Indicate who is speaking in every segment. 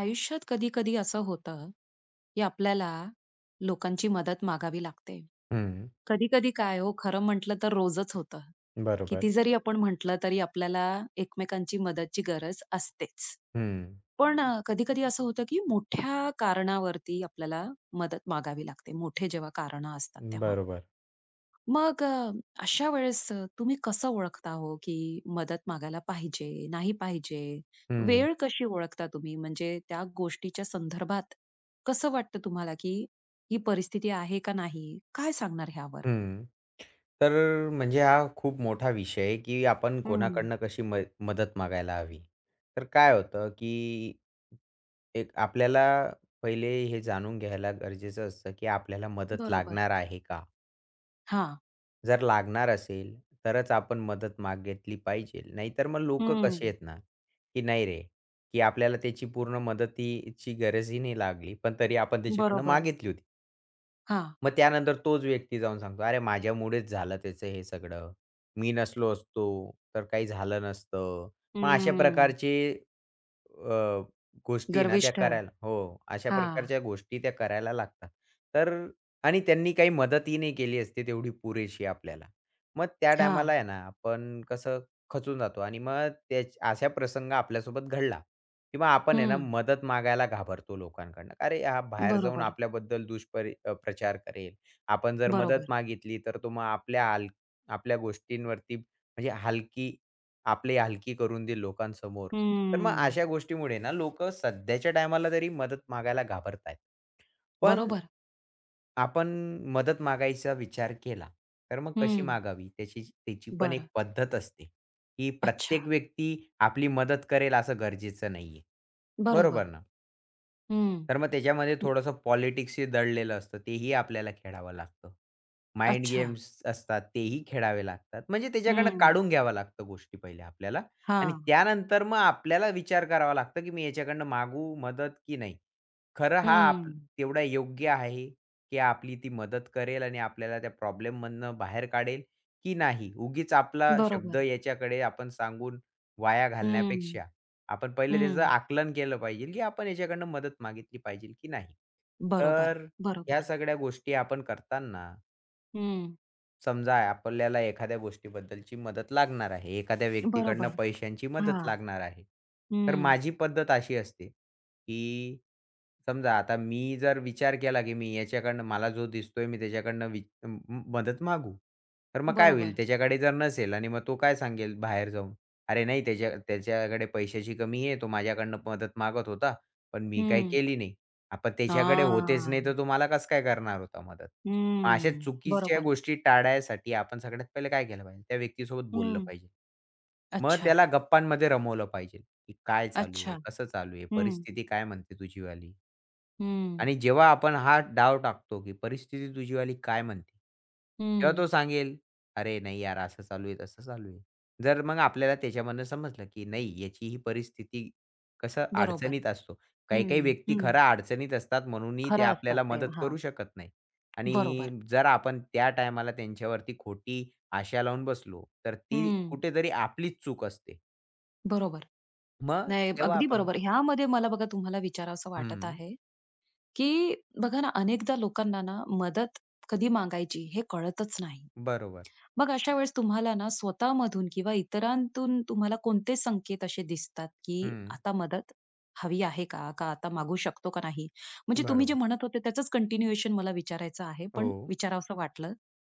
Speaker 1: आयुष्यात कधी-कधी असं होतं, की आपल्याला लोकांची मदत मागावी लागते.
Speaker 2: हं,
Speaker 1: कधी-कधी काय हो, खरं म्हटलं तर रोजच होतं. किती
Speaker 2: बरोबर.
Speaker 1: जरी आपण म्हटलं तरी आपल्याला एकमेकांची मदतची गरज असतेच.
Speaker 2: हं,
Speaker 1: पण कधी-कधी असं होतं, की मोठ्या कारणावरती आपल्याला मदत मागावी लागते. मोठे जेव्हा कारणं असतात तेव्हा.
Speaker 2: बरोबर.
Speaker 1: मग अशा वेळेस तुम्ही कसं ओळखता हो, की मदत मागायला पाहिजे, नाही पाहिजे?
Speaker 2: हं,
Speaker 1: वेळ कशी ओळखता तुम्ही? म्हणजे त्या गोष्टीच्या संदर्भात कसं वाटतं तुम्हाला, की ही परिस्थिती आहे का नाही? काय सांगणार ह्यावर?
Speaker 2: हं. तर म्हणजे हा खूप मोठा विषय आहे, की आपण
Speaker 1: हं.
Speaker 2: कोणाकडनं कशी मदत मागायला हवी. तर काय होतं, की एक आपल्याला पहिले हे जाणून घ्यायला गरजेचं असतं, की आपल्याला मदत
Speaker 1: बरोबर.
Speaker 2: लागणार आहे का?
Speaker 1: हां.
Speaker 2: जर लागणार असेल, तरच आपण मदत मागितली पाहिजे. नाहीतर मग लोकं कसे
Speaker 1: हं.
Speaker 2: आहेत ना, की नाही रे, की आपल्याला त्याची पूर्ण मदतीची गरजही नाही लागली, पण तरी आपण त्याच्याकडनं
Speaker 1: बरोबर.
Speaker 2: मागितली होती.
Speaker 1: हां.
Speaker 2: मग त्यानंतर तोच व्यक्ती जाऊन सांगतो, "अरे माझ्यामुळेच झालं त्याचं हे सगळं. मी नसलो असतो तर काही झालं नसतं." मग अशा
Speaker 1: हं.
Speaker 2: प्रकारचे अ, गोष्टी ना त्या
Speaker 1: गर्विष्ठ.
Speaker 2: करायला हो, अशा
Speaker 1: हां.
Speaker 2: प्रकारच्या गोष्टी त्या करायला लागतात. तर आणि त्यांनी काही मदतही नाही केली असते तेवढी पुरेशी आपल्याला. मग त्या टायमाला
Speaker 1: हां.
Speaker 2: आहे ना आपण कसं खचून जातो आणि मग त्या अशा प्रसंग आपल्यासोबत घडला. किंवा आपण आहे ना
Speaker 1: हं.
Speaker 2: मदत मागायला घाबरतो लोकांकडनं. "अरे, हा बाहेर जाऊन
Speaker 1: बरोबर.
Speaker 2: आपल्याबद्दल प्रचार करेल. आपण जर मदत
Speaker 1: बरोबर.
Speaker 2: मागितली तर तो मग आपल्या गोष्टींवरती म्हणजे हलकी आपली हलकी करून देईल लोकांसमोर." तर मग
Speaker 1: हं.
Speaker 2: अशा गोष्टीमुळे ना लोक सध्याच्या टायमाला तरी मदत मागायला घाबरतायत. पण
Speaker 1: बरोबर.
Speaker 2: आपण मदत मागायचा विचार केला, तर मग कशी
Speaker 1: हं.
Speaker 2: मागावी त्याची त्याची पण
Speaker 1: बरं.
Speaker 2: एक पद्धत असते, की
Speaker 1: अच्छा.
Speaker 2: प्रत्येक व्यक्ती आपली मदत करेल असं गरजेचं नाहीये. बरोबर
Speaker 1: बरोबर.
Speaker 2: ना?
Speaker 1: हं.
Speaker 2: तर मग त्याच्यामध्ये थोडंसं पॉलिटिक्सही दडलेलं असतं. तेही आपल्याला खेळावं लागतं. माइंड
Speaker 1: अच्छा.
Speaker 2: गेम्स असतात तेही खेळावे लागतात. म्हणजे त्याच्याकडनं
Speaker 1: हं.
Speaker 2: काढून घ्याव्या लागतं गोष्टी पहिले आपल्याला आणि
Speaker 1: हां.
Speaker 2: त्यानंतर मग आपल्याला विचार करावा लागतो, की मी याच्याकडनं मागू मदत की नाही. खरं हा आप
Speaker 1: हं.
Speaker 2: तेवढा योग्य आहे, की आपली ती मदत करेल आणि आपल्याला त्या प्रॉब्लेममधनं बाहेर काढेल की नाही. उगीच आपला शब्द
Speaker 1: बरोबर.
Speaker 2: याच्याकडे आपण सांगून वाया
Speaker 1: हं.
Speaker 2: घालण्यापेक्षा आपण पहिले
Speaker 1: हं.
Speaker 2: त्याचं आकलन केलं पाहिजे, की आपण याच्याकडनं मदत मागितली पाहिजे की नाही.
Speaker 1: बरोबर,
Speaker 2: तर ह्या
Speaker 1: बरोबर.
Speaker 2: सगळ्या गोष्टी आपण करताना
Speaker 1: हं.
Speaker 2: समजा आपल्याला एखाद्या गोष्टीबद्दलची मदत लागणार आहे. एखाद्या व्यक्तीकडनं
Speaker 1: बरोबर.
Speaker 2: पैशांची मदत
Speaker 1: हां.
Speaker 2: लागणार आहे. तर
Speaker 1: हं.
Speaker 2: माझी पद्धत अशी असते, की समजा आता मी जर विचार केला, की मी याच्याकडनं मला जो दिसतोय मी त्याच्याकडनं वि म मदत मागू. तर मग काय होईल
Speaker 1: बरोबर.
Speaker 2: त्याच्याकडे जर नसेल आणि मग तो काय सांगेल बाहेर जाऊन, "अरे नाही त्याच्याकडे पैशाची कमी आहे. तो माझ्याकडनं मदत मागत होता, पण मी काही
Speaker 1: हं.
Speaker 2: केली नाही." आपण त्याच्याकडे होतेच
Speaker 1: हां.
Speaker 2: नाही, तर तो कसं काय करणार होता मदत? मग अशा
Speaker 1: हं.
Speaker 2: चुकीच्या
Speaker 1: बरोबर.
Speaker 2: गोष्टी टाळायसाठी आपण सगळ्यात पहिले काय केलं पाहिजे? त्या व्यक्तीसोबत बोललं
Speaker 1: हं.
Speaker 2: पाहिजे. मग
Speaker 1: अच्छा,
Speaker 2: त्याला गप्पांमध्ये रमवलं पाहिजे, की काय चालू आहे?
Speaker 1: अच्छा.
Speaker 2: कसं चालू आहे?
Speaker 1: हं.
Speaker 2: परिस्थिती काय म्हणते तुझीवाली?
Speaker 1: हं.
Speaker 2: आणि जेव्हा आपण हा डाव टाकतो, की परिस्थिती तुझीवाली काय म्हणते? तेव्हा
Speaker 1: हं.
Speaker 2: तो सांगेल, "अरे नाही यार, असं चालू आहे, तसं चालू आहे." जर मग आपल्याला त्याच्यामधनं समजलं, की नाही याची ही परिस्थिती कसं
Speaker 1: बरोबर.
Speaker 2: अडचणीत असतो. काही-काही
Speaker 1: हं,
Speaker 2: व्यक्ती
Speaker 1: हं.
Speaker 2: खऱ्या अडचणीत असतात म्हणूनही ते
Speaker 1: खरं असतात
Speaker 2: आपल्याला
Speaker 1: ते.
Speaker 2: मदत
Speaker 1: हां.
Speaker 2: करू शकत नाही.
Speaker 1: बरोबर.
Speaker 2: आणि जर आपण त्या टायमाला त्यांच्यावरती खोटी आशा लावून बसलो, तर ती
Speaker 1: हं.
Speaker 2: कुठेतरी आपलीच चूक असते.
Speaker 1: बरोबर.
Speaker 2: मग
Speaker 1: नाही,
Speaker 2: तेव्हा
Speaker 1: अगदी
Speaker 2: आपण
Speaker 1: बरोबर. ह्यामध्ये मला बघा तुम्हाला विचारावसं वाटत
Speaker 2: हं,
Speaker 1: आहे की बघा ना, अनेकदा लोकांना ना मदत कधी मागायची हे कळतच नाही.
Speaker 2: बरोबर.
Speaker 1: मग अशा वेळेस तुम्हाला ना स्वतःमधून किंवा इतरांतून तुम्हाला कोणते संकेत असे दिसतात, की
Speaker 2: हं,
Speaker 1: आता मदत हवी आहे का? का आता मागू शकतो का नाही? म्हणजे तुम्ही जे
Speaker 2: बरोबर.
Speaker 1: म्हणत होते त्याचंच कंटिन्युएशन मला विचारायचं आहे,
Speaker 2: हो.
Speaker 1: पण विचारावसं वाटलं.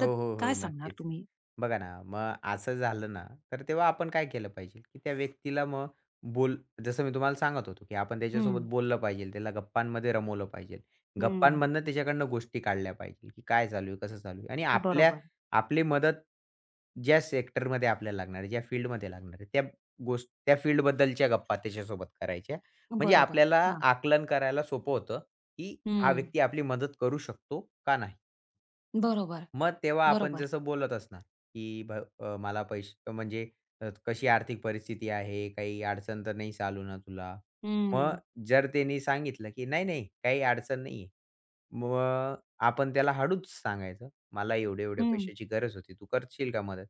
Speaker 1: तर
Speaker 2: हो, हो, हो.
Speaker 1: काय सांगणार
Speaker 2: नक्कीच.
Speaker 1: तुम्ही?
Speaker 2: बघा ना, मग असं झालं ना, तर तेव्हा आपण काय केलं पाहिजे, की त्या व्यक्तीला मग बोल जसं मी तुम्हाला सांगत होतो, की आपण
Speaker 1: हं,
Speaker 2: त्याच्यासोबत बोललं पाहिजे, त्याला गप्पांमध्ये रमवलं पाहिजे.
Speaker 1: हं.
Speaker 2: गप्पांमधनं त्याच्याकडनं गोष्टी काढल्या पाहिजे, की काय चालू आहे, कसं चालू आहे आणि आपल्या
Speaker 1: बरोबर,
Speaker 2: आपली मदत ज्या सेक्टरमध्ये आपल्याला लागणार आहे, ज्या फील्डमध्ये लागणार आहे, त्या फील्डबद्दलच्या गप्पा त्याच्यासोबत करायच्या. म्हणजे
Speaker 1: बरोबर.
Speaker 2: आपल्याला
Speaker 1: हां.
Speaker 2: आकलन करायला सोपं होतं, की हा
Speaker 1: हं.
Speaker 2: व्यक्ती आपली मदत करू शकतो का नाही?
Speaker 1: बरोबर,
Speaker 2: मग तेव्हा आपण
Speaker 1: बरोबर.
Speaker 2: जसं बोलत असणार, की मला पैसे म्हणजे अ, कशी आर्थिक परिस्थिती आहे, काही अडचण तर नाही चालू ना तुला? मग
Speaker 1: हं,
Speaker 2: जर त्यांनी सांगितलं, की "नाही, नाही, काही अडचण नाही आहे." मग आपण त्याला हळूच सांगायचं, "मला एवढे-एवढे
Speaker 1: हं.
Speaker 2: पैशाची गरज होती, तू करशील का मदत?"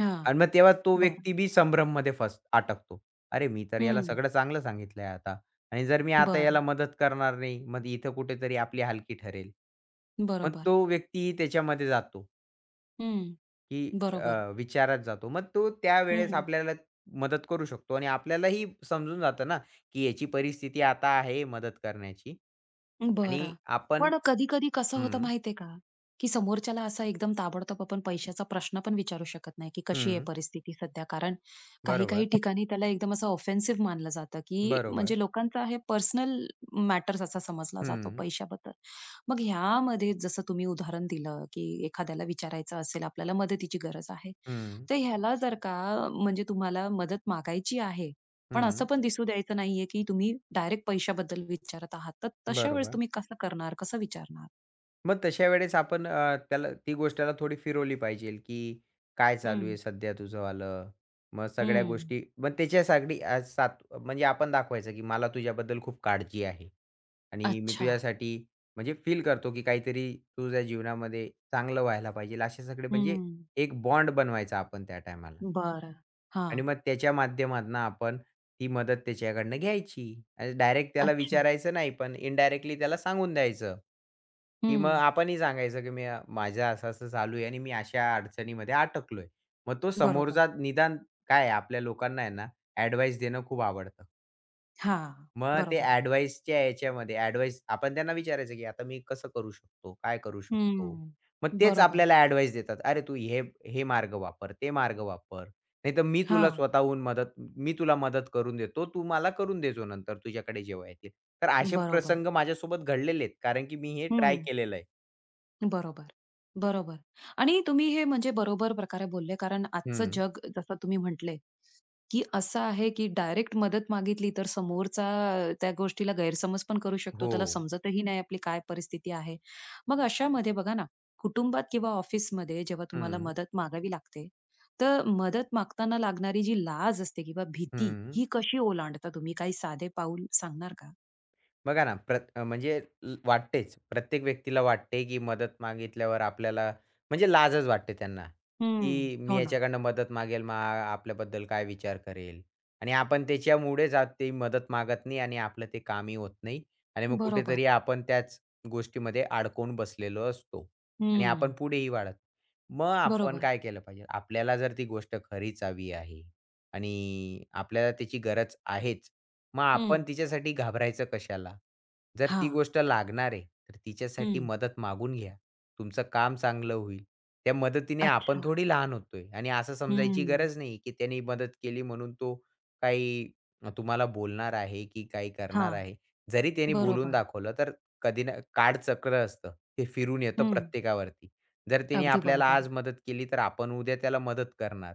Speaker 1: हां.
Speaker 2: आणि मग तेव्हा तो
Speaker 1: बरं.
Speaker 2: व्यक्ती बी संभ्रममध्ये अटकतो. "अरे, मी तर याला
Speaker 1: हं.
Speaker 2: सगळं चांगलं सांगितलंय आता आणि जर मी आता याला
Speaker 1: बरं.
Speaker 2: मदत करणार नाही, मग इथं कुठेतरी आपली हलकी ठरेल." मग
Speaker 1: बरोबर.
Speaker 2: तो व्यक्तीही त्याच्यामध्ये जातो.
Speaker 1: हं,
Speaker 2: की
Speaker 1: बरोबर.
Speaker 2: विचारात जातो. मग तो त्यावेळेस
Speaker 1: हं,
Speaker 2: आपल्याला मदत करू शकतो आणि आपल्यालाही समजून जातं ना, की याची परिस्थिती आता आहे मदत करण्याची. आणि
Speaker 1: बरं.
Speaker 2: आपण
Speaker 1: पण कधी-कधी कसं होतं
Speaker 2: हं,
Speaker 1: माहितीये का, की समोरच्याला असा एकदम ताबडतोब आपण पैशाचा प्रश्न पण विचारू शकत नाही, की कशी आहे
Speaker 2: हं.
Speaker 1: परिस्थिती सध्या. कारण काही-काही
Speaker 2: बरोबर,
Speaker 1: ठिकाणी त्याला एकदम असं ऑफेन्सिव्ह मानलं जातं, की
Speaker 2: बरोबर.
Speaker 1: म्हणजे लोकांचा हे पर्सनल मॅटर्स असा समजला जातो
Speaker 2: हं,
Speaker 1: पैशाबद्दल. मग ह्यामध्ये जसं तुम्ही उदाहरण दिलं, की एखाद्याला विचारायचं असेल, आपल्याला मदतीची गरज आहे.
Speaker 2: हं,
Speaker 1: तर ह्याला जर का म्हणजे तुम्हाला मदत मागायची आहे, पण असं
Speaker 2: हं.
Speaker 1: पण दिसू द्यायचं नाहीये, की तुम्ही डायरेक्ट पैशाबद्दल विचारत आहात. तर तशा वेळेस
Speaker 2: बरोबर.
Speaker 1: तुम्ही कसं करणार? कसं विचारणार?
Speaker 2: मग तशा वेळेस आपण त्याला ती गोष्ट त्याला थोडी फिरवली पाहिजे, की काय चालू आहे
Speaker 1: हं,
Speaker 2: सध्या तुझंवालं? मग सगळ्या
Speaker 1: हं.
Speaker 2: गोष्टी मग त्याच्यासाठी म्हणजे आपण दाखवायचं, की मला तुझ्याबद्दल खूप काळजी आहे आणि मी
Speaker 1: अच्छा.
Speaker 2: तुझ्यासाठी म्हणजे फील करतो, की काहीतरी तुझ्या जीवनामध्ये चांगलं व्हायला पाहिजे. असे सगळे म्हणजे
Speaker 1: हं.
Speaker 2: एक बॉन्ड बनवायचा आपण त्या टायमाला.
Speaker 1: बरं. हां.
Speaker 2: आणि मग त्याच्या माध्यमातनं आपण ती मदत त्याच्याकडनं घ्यायची. डायरेक्ट त्याला
Speaker 1: अच्छा.
Speaker 2: विचारायचं नाही, पण इनडायरेक्टली त्याला सांगून द्यायचं, की मग
Speaker 1: हं.
Speaker 2: आपणही सांगायचं, की "मी माझं असं-असं चालू आहे आणि मी अशा अडचणीमध्ये अटकलोय." मग तो
Speaker 1: बरोबर.
Speaker 2: समोरचा निदान काय आहे आपल्या लोकांना आहे ना, ॲडवाइस देणं खूप आवडतं.
Speaker 1: हां.
Speaker 2: मग ते
Speaker 1: बरोबर.
Speaker 2: ॲडव्हाइसच्या याच्यामध्ये ॲडव्हाइस आपण त्यांना विचारायचं, की आता मी कसं करू शकतो? काय करू शकतो?
Speaker 1: हं.
Speaker 2: मग तेच
Speaker 1: बरोबर.
Speaker 2: आपल्याला ॲडव्हाइस देतात. "अरे, तू हे हे मार्ग वापर, ते मार्ग वापर. नाहीतर
Speaker 1: हां.
Speaker 2: मी तुला मदत करून देतो. तू मला करून देजो नंतर तुझ्याकडे जेव्हा येतील." तर असे
Speaker 1: बरोबर.
Speaker 2: प्रसंग माझ्यासोबत घडलेले आहेत. कारण की मी हे ट्राय
Speaker 1: हं.
Speaker 2: केलेलं आहे.
Speaker 1: बरोबर. बरोबर. आणि तुम्ही हे म्हणजे बरोबर प्रकारे बोलले कारण आजचं
Speaker 2: हं.
Speaker 1: जग जसं तुम्ही म्हटले, की असं आहे की डायरेक्ट मदत मागितली तर समोरचा त्या गोष्टीला गैरसमज पण करू शकतो.
Speaker 2: हो.
Speaker 1: त्याला समजतही नाही आपली काय परिस्थिती आहे. मग अशामध्ये बघा ना, कुटुंबात किंवा ऑफिसमध्ये जेव्हा तुम्हाला
Speaker 2: हं,
Speaker 1: मदत मागावी लागते, तर मदत मागताना लागणारी जी लाज असते किंवा भीती,
Speaker 2: हं.
Speaker 1: ही कशी ओलांडता तुम्ही? काही साधे पाऊल सांगणार का?
Speaker 2: बघा ना, म्हणजे ल वाटतेच. प्रत्येक व्यक्तीला वाटते, की मदत मागितल्यावर आपल्याला म्हणजे लाजच वाटते त्यांना,
Speaker 1: हं.
Speaker 2: की मी
Speaker 1: हो ना.
Speaker 2: याच्याकडनं मदत मागेल, मग आपल्याबद्दल काय विचार करेल? आणि आपण त्याच्यामुळेच ती मदत मागत नाही आणि आपलं ते कामही होत नाही आणि मग
Speaker 1: बरोबर.
Speaker 2: कुठेतरी आपण त्याच गोष्टीमध्ये अडकून बसलेलो असतो आणि आपण
Speaker 1: हं.
Speaker 2: पुढेही वाढत मग आपण
Speaker 1: बरोबर.
Speaker 2: काय केलं पाहिजे? आपल्याला जर ती गोष्ट खरीच हवी आहे आणि आपल्याला त्याची गरज आहेच. मग आपण
Speaker 1: हं.
Speaker 2: तिच्यासाठी घाबरायचं कशाला? जर ती
Speaker 1: हां.
Speaker 2: गोष्ट लागणार आहे, तर तिच्यासाठी
Speaker 1: हं.
Speaker 2: मदत मागून घ्या. तुमचं काम चांगलं होईल. त्या मदतीने आपण
Speaker 1: अच्छा.
Speaker 2: थोडी लहान होतोय आणि असं
Speaker 1: हं.
Speaker 2: समजायची गरज नाही, की त्याने मदत केली म्हणून तो काही तुम्हाला बोलणार आहे, की काही करणार
Speaker 1: हां.
Speaker 2: आहे. जरी त्याने बोलून
Speaker 1: बरोबर.
Speaker 2: दाखवलं, तर कधी ना काळचक्र असतं. ते फिरून येतं
Speaker 1: हं.
Speaker 2: प्रत्येकावरती. जर त्याने
Speaker 1: अगदी
Speaker 2: आपल्याला
Speaker 1: बरोबर.
Speaker 2: आज मदत केली, तर आपण उद्या त्याला मदत करणार.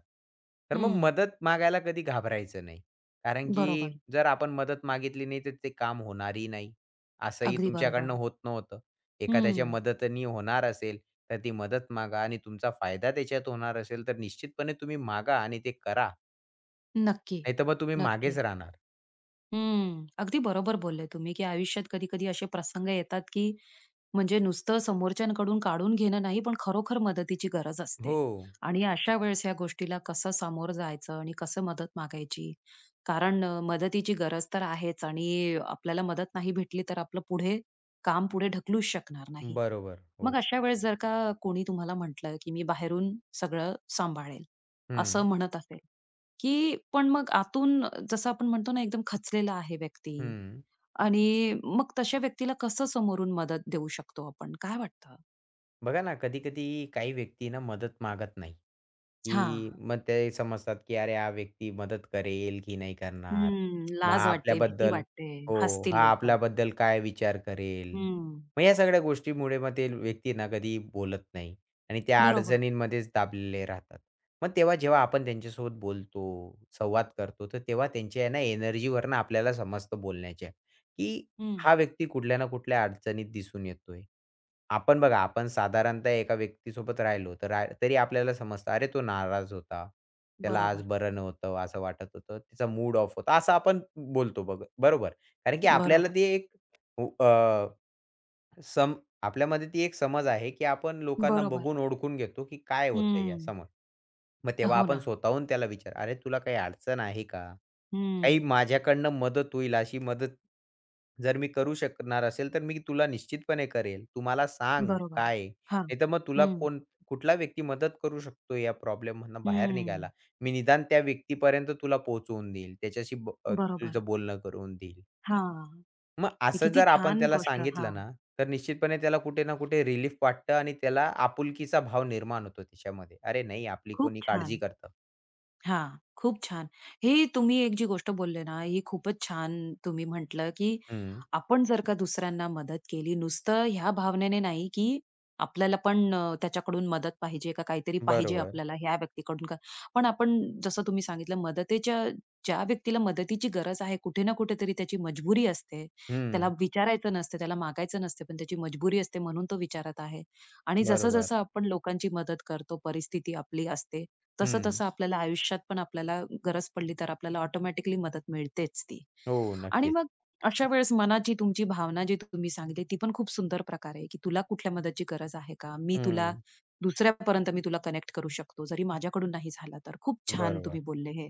Speaker 2: तर मग
Speaker 1: हं.
Speaker 2: मदत मागायला कधी घाबरायचं नाही. कारण की
Speaker 1: बरोबर.
Speaker 2: जर आपण मदत मागितली नाही, तर ते काम होणारही नाही. असंही
Speaker 1: अगदी बरोबर.
Speaker 2: तुमच्याकडनं होत नव्हतं. एखाद्याच्या
Speaker 1: हं.
Speaker 2: मदतीने होणार असेल, तर ती मदत मागा आणि तुमचा फायदा त्याच्यात होणार असेल, तर निश्चितपणे तुम्ही मागा आणि ते करा.
Speaker 1: नक्की,
Speaker 2: नाहीतर मग तुम्ही मागेच
Speaker 1: नक्की.
Speaker 2: राहणार.
Speaker 1: हं. अगदी बरोबर बोलले तुम्ही, की आयुष्यात कधी-कधी असे प्रसंग येतात, की म्हणजे नुसतं समोरच्यांकडून काढून घेणं नाही, पण खरोखर मदतीची गरज असते.
Speaker 2: हो,
Speaker 1: आणि अशा वेळेस ह्या गोष्टीला कसं सामोरं जायचं आणि कसं मदत मागायची. कारण मदतीची गरज तर आहेच आणि आपल्याला मदत नाही भेटली, तर आपलं पुढे काम पुढे ढकलूच शकणार नाही.
Speaker 2: बरोबर. हो.
Speaker 1: मग अशा वेळेस जर का कोणी तुम्हाला म्हटलं, की "मी बाहेरून सगळं सांभाळेल,"
Speaker 2: हं,
Speaker 1: असं म्हणत असेल, की पण मग आतून जसं आपण म्हणतो ना, एकदम खचलेला आहे व्यक्ती
Speaker 2: हं.
Speaker 1: आणि मग तशा व्यक्तीला कसं समोरून मदत देऊ शकतो आपण? काय वाटतं?
Speaker 2: बघा ना, कधी-कधी काही व्यक्ती ना मदत मागत नाही, की
Speaker 1: हां.
Speaker 2: मग ते समजतात, की अरे हा व्यक्ती मदत करेल की नाही करणार.
Speaker 1: हं.
Speaker 2: मग
Speaker 1: लाज वाटते, भीती
Speaker 2: आपल्याबद्दल
Speaker 1: वाटते,
Speaker 2: हो,
Speaker 1: हसतील
Speaker 2: हा
Speaker 1: लोकं.
Speaker 2: आपल्याबद्दल काय विचार करेल.
Speaker 1: हं.
Speaker 2: मग या सगळ्या गोष्टीमुळे मग ते व्यक्ती ना कधी बोलत नाही आणि त्या
Speaker 1: बरोबर.
Speaker 2: अडचणींमध्येच दाबलेले राहतात. मग तेव्हा जेव्हा आपण त्यांच्यासोबत बोलतो, संवाद करतो, तर तेव्हा त्यांच्या आहे ना एनर्जीवरनं आपल्याला समजतं बोलण्याच्या, की
Speaker 1: हं.
Speaker 2: हा व्यक्ती कुठल्या ना कुठल्या अडचणीत दिसून येतोय. आपण बघा, आपण साधारणतः एका व्यक्तीसोबत राहिलो, तर तरी आपल्याला समजतं, "अरे, तो नाराज होता. त्याला आज
Speaker 1: बरोबर.
Speaker 2: बरं नव्हतं, असं वाटत होतं. तिचा मूड ऑफ होता." असं आपण बोलतो बघ बरोबर. कारण की आपल्याला
Speaker 1: बरोबर.
Speaker 2: ती एक उ- अ, सम आपल्यामध्ये ती एक समज आहे, की आपण लोकांना
Speaker 1: बरोबर.
Speaker 2: बघून ओळखून घेतो, की काय होतंय
Speaker 1: हं.
Speaker 2: यासमोर. मग तेव्हा
Speaker 1: हो
Speaker 2: आपण
Speaker 1: ना.
Speaker 2: स्वतःहून त्याला विचार, "अरे, तुला काही अडचण आहे का?" काही
Speaker 1: हं.
Speaker 2: माझ्याकडनं मदत होईल अशी मदत जर मी करू शकणार असेल, तर मी तुला निश्चितपणे करेल. तू मला सांग
Speaker 1: बरोबर.
Speaker 2: काय आहे?
Speaker 1: हां.
Speaker 2: नाहीतर मग तुला
Speaker 1: हं.
Speaker 2: कोण कुठला व्यक्ती मदत करू शकतो या प्रॉब्लेम प्रॉब्लेममधनं बाहेर
Speaker 1: हं.
Speaker 2: निघायला. मी निदान त्या व्यक्तीपर्यंत तुला पोहोचवून देईल.
Speaker 1: बरोबर.
Speaker 2: तुझं बोलणं करून देईल.
Speaker 1: हां.
Speaker 2: मग
Speaker 1: हे
Speaker 2: असं
Speaker 1: किती
Speaker 2: जर आपण
Speaker 1: छान
Speaker 2: त्याला
Speaker 1: गोष्ट. हां.
Speaker 2: सांगितलं ना, तर निश्चितपणे त्याला कुठे ना कुठे रिलीफ वाटतं आणि त्याला आपुलकीचा भाव निर्माण होतो त्याच्यामध्ये. अरे नाही, आपली
Speaker 1: खूप
Speaker 2: कोणी काळजी
Speaker 1: छान.
Speaker 2: करतं.
Speaker 1: हां, खूप छान. हे तुम्ही एक जी गोष्ट बोलले ना, ही खूपच छान तुम्ही म्हटलं, की
Speaker 2: हं.
Speaker 1: आपण जर का दुसऱ्यांना मदत केली, नुसतं ह्या भावनेने नाही, की आपल्याला पण त्याच्याकडून मदत पाहिजे का काहीतरी पाहिजे
Speaker 2: बरोबर.
Speaker 1: आपल्याला ह्या व्यक्तीकडून का पण आपण जसं तुम्ही सांगितलं, मदतीच्या ज्या व्यक्तीला मदतीची गरज आहे, कुठे ना कुठेतरी त्याची मजबुरी असते. त्याला
Speaker 2: हं.
Speaker 1: विचारायचं नसते, त्याला मागायचं नसते, पण त्याची मजबुरी असते म्हणून तो विचारत आहे. आणि
Speaker 2: बरोबर.
Speaker 1: जसं-जसं आपण लोकांची मदत करतो, परिस्थिती आपली असते,
Speaker 2: हं.
Speaker 1: तसं-तसं आपल्याला आयुष्यात पण आपल्याला गरज पडली तर आपल्याला ऑटोमॅटिकली मदत मिळतेच ती.
Speaker 2: हो,
Speaker 1: आणि
Speaker 2: नक्कीच.
Speaker 1: मग अशा वेळेस मनाची तुमची भावना जी तुम्ही सांगितली ती पण खूप सुंदर प्रकारे, आहे, की तुला कुठल्या मदतीची गरज आहे का? मी तुला
Speaker 2: हं,
Speaker 1: दुसऱ्यापर्यंत मी तुला कनेक्ट करू शकतो, जरी माझ्याकडून नाही झाला तर. खूप छान
Speaker 2: बरोबर.
Speaker 1: तुम्ही बोलले हे.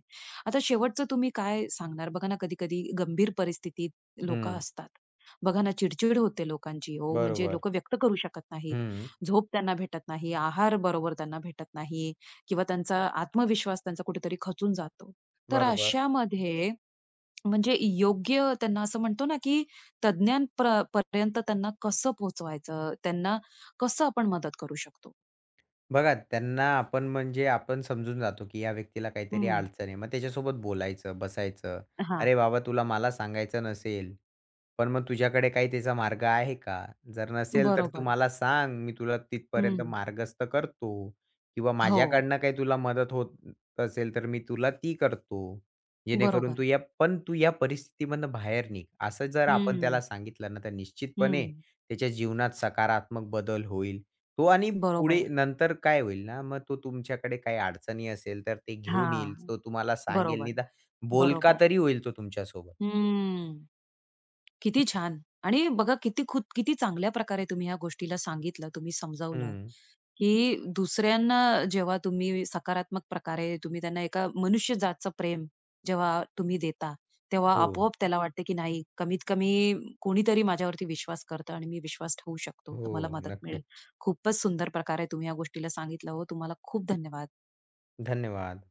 Speaker 1: आता शेवटचं तुम्ही काय सांगणार? बघा ना कधी-कधी गंभीर परिस्थितीत लोकं
Speaker 2: हं,
Speaker 1: असतात. बघा ना चिडचिड होते लोकांची ओ, म्हणजे
Speaker 2: बरोबर.
Speaker 1: लोकं व्यक्त करू शकत नाहीत.
Speaker 2: हं,
Speaker 1: झोप त्यांना भेटत नाही, आहार बरोबर त्यांना भेटत नाही, किंवा त्यांचा आत्मविश्वास त्यांचा कुठेतरी खचून जातो. तर
Speaker 2: बरोबर.
Speaker 1: अशामध्ये म्हणजे योग्य त्यांना असं म्हणतो ना, की तज्ञांप्र पर्यंत त्यांना कसं पोहोचवायचं? त्यांना कसं आपण मदत करू शकतो?
Speaker 2: बघा त्यांना आपण म्हणजे आपण समजून जातो, की या व्यक्तीला काहीतरी
Speaker 1: हं.
Speaker 2: अडचण आहे. मग त्याच्यासोबत बोलायचं, बसायचं.
Speaker 1: हां.
Speaker 2: "अरे बाबा, तुला मला सांगायचं नसेल, पण मग तुझ्याकडे काही त्याचा मार्ग आहे का? जर नसेल तर तू
Speaker 1: बरोबर.
Speaker 2: मला सांग, मी तुला तिथपर्यंत
Speaker 1: हं.
Speaker 2: मार्गस्थ करतो किंवा
Speaker 1: हो.
Speaker 2: माझ्याकडनं काही तुला मदत होत असेल, तर मी तुला ती करतो. जेणेकरून
Speaker 1: बरोबर.
Speaker 2: तू या परिस्थितीमधनं बाहेर निघ. असं जर आपण
Speaker 1: हं.
Speaker 2: त्याला सांगितलं ना, तर निश्चितपणे
Speaker 1: हं.
Speaker 2: त्याच्या जीवनात सकारात्मक बदल होईल. तो आणि
Speaker 1: बरोबर.
Speaker 2: पुढे नंतर काय होईल ना, मग तो तुमच्याकडे काही अडचणी असेल, तर ते घेऊन येईल.
Speaker 1: हां.
Speaker 2: तो तुम्हाला सांगेल,
Speaker 1: बरोबर.
Speaker 2: निदान बोलका
Speaker 1: बरोबर.
Speaker 2: तरी होईल तो तुमच्यासोबत.
Speaker 1: हं. किती छान! आणि बघा किती चांगल्या प्रकारे तुम्ही ह्या गोष्टीला सांगितलं, तुम्ही समजावलं,
Speaker 2: हं.
Speaker 1: की दुसऱ्यांना जेव्हा तुम्ही सकारात्मक प्रकारे तुम्ही त्यांना एका मनुष्यजातचं प्रेम जेव्हा तुम्ही देता, तेव्हा
Speaker 2: हो.
Speaker 1: आपोआप त्याला वाटते, की नाही कमीत कमी कोणीतरी माझ्यावरती विश्वास करतं आणि मी विश्वास ठेवू शकतो,
Speaker 2: हो,
Speaker 1: तर मला मदत
Speaker 2: नक्कीच.
Speaker 1: मिळेल. खूपच सुंदर प्रकारे तुम्ही या गोष्टीला सांगितलं हो. तुम्हाला खूप धन्यवाद.
Speaker 2: धन्यवाद.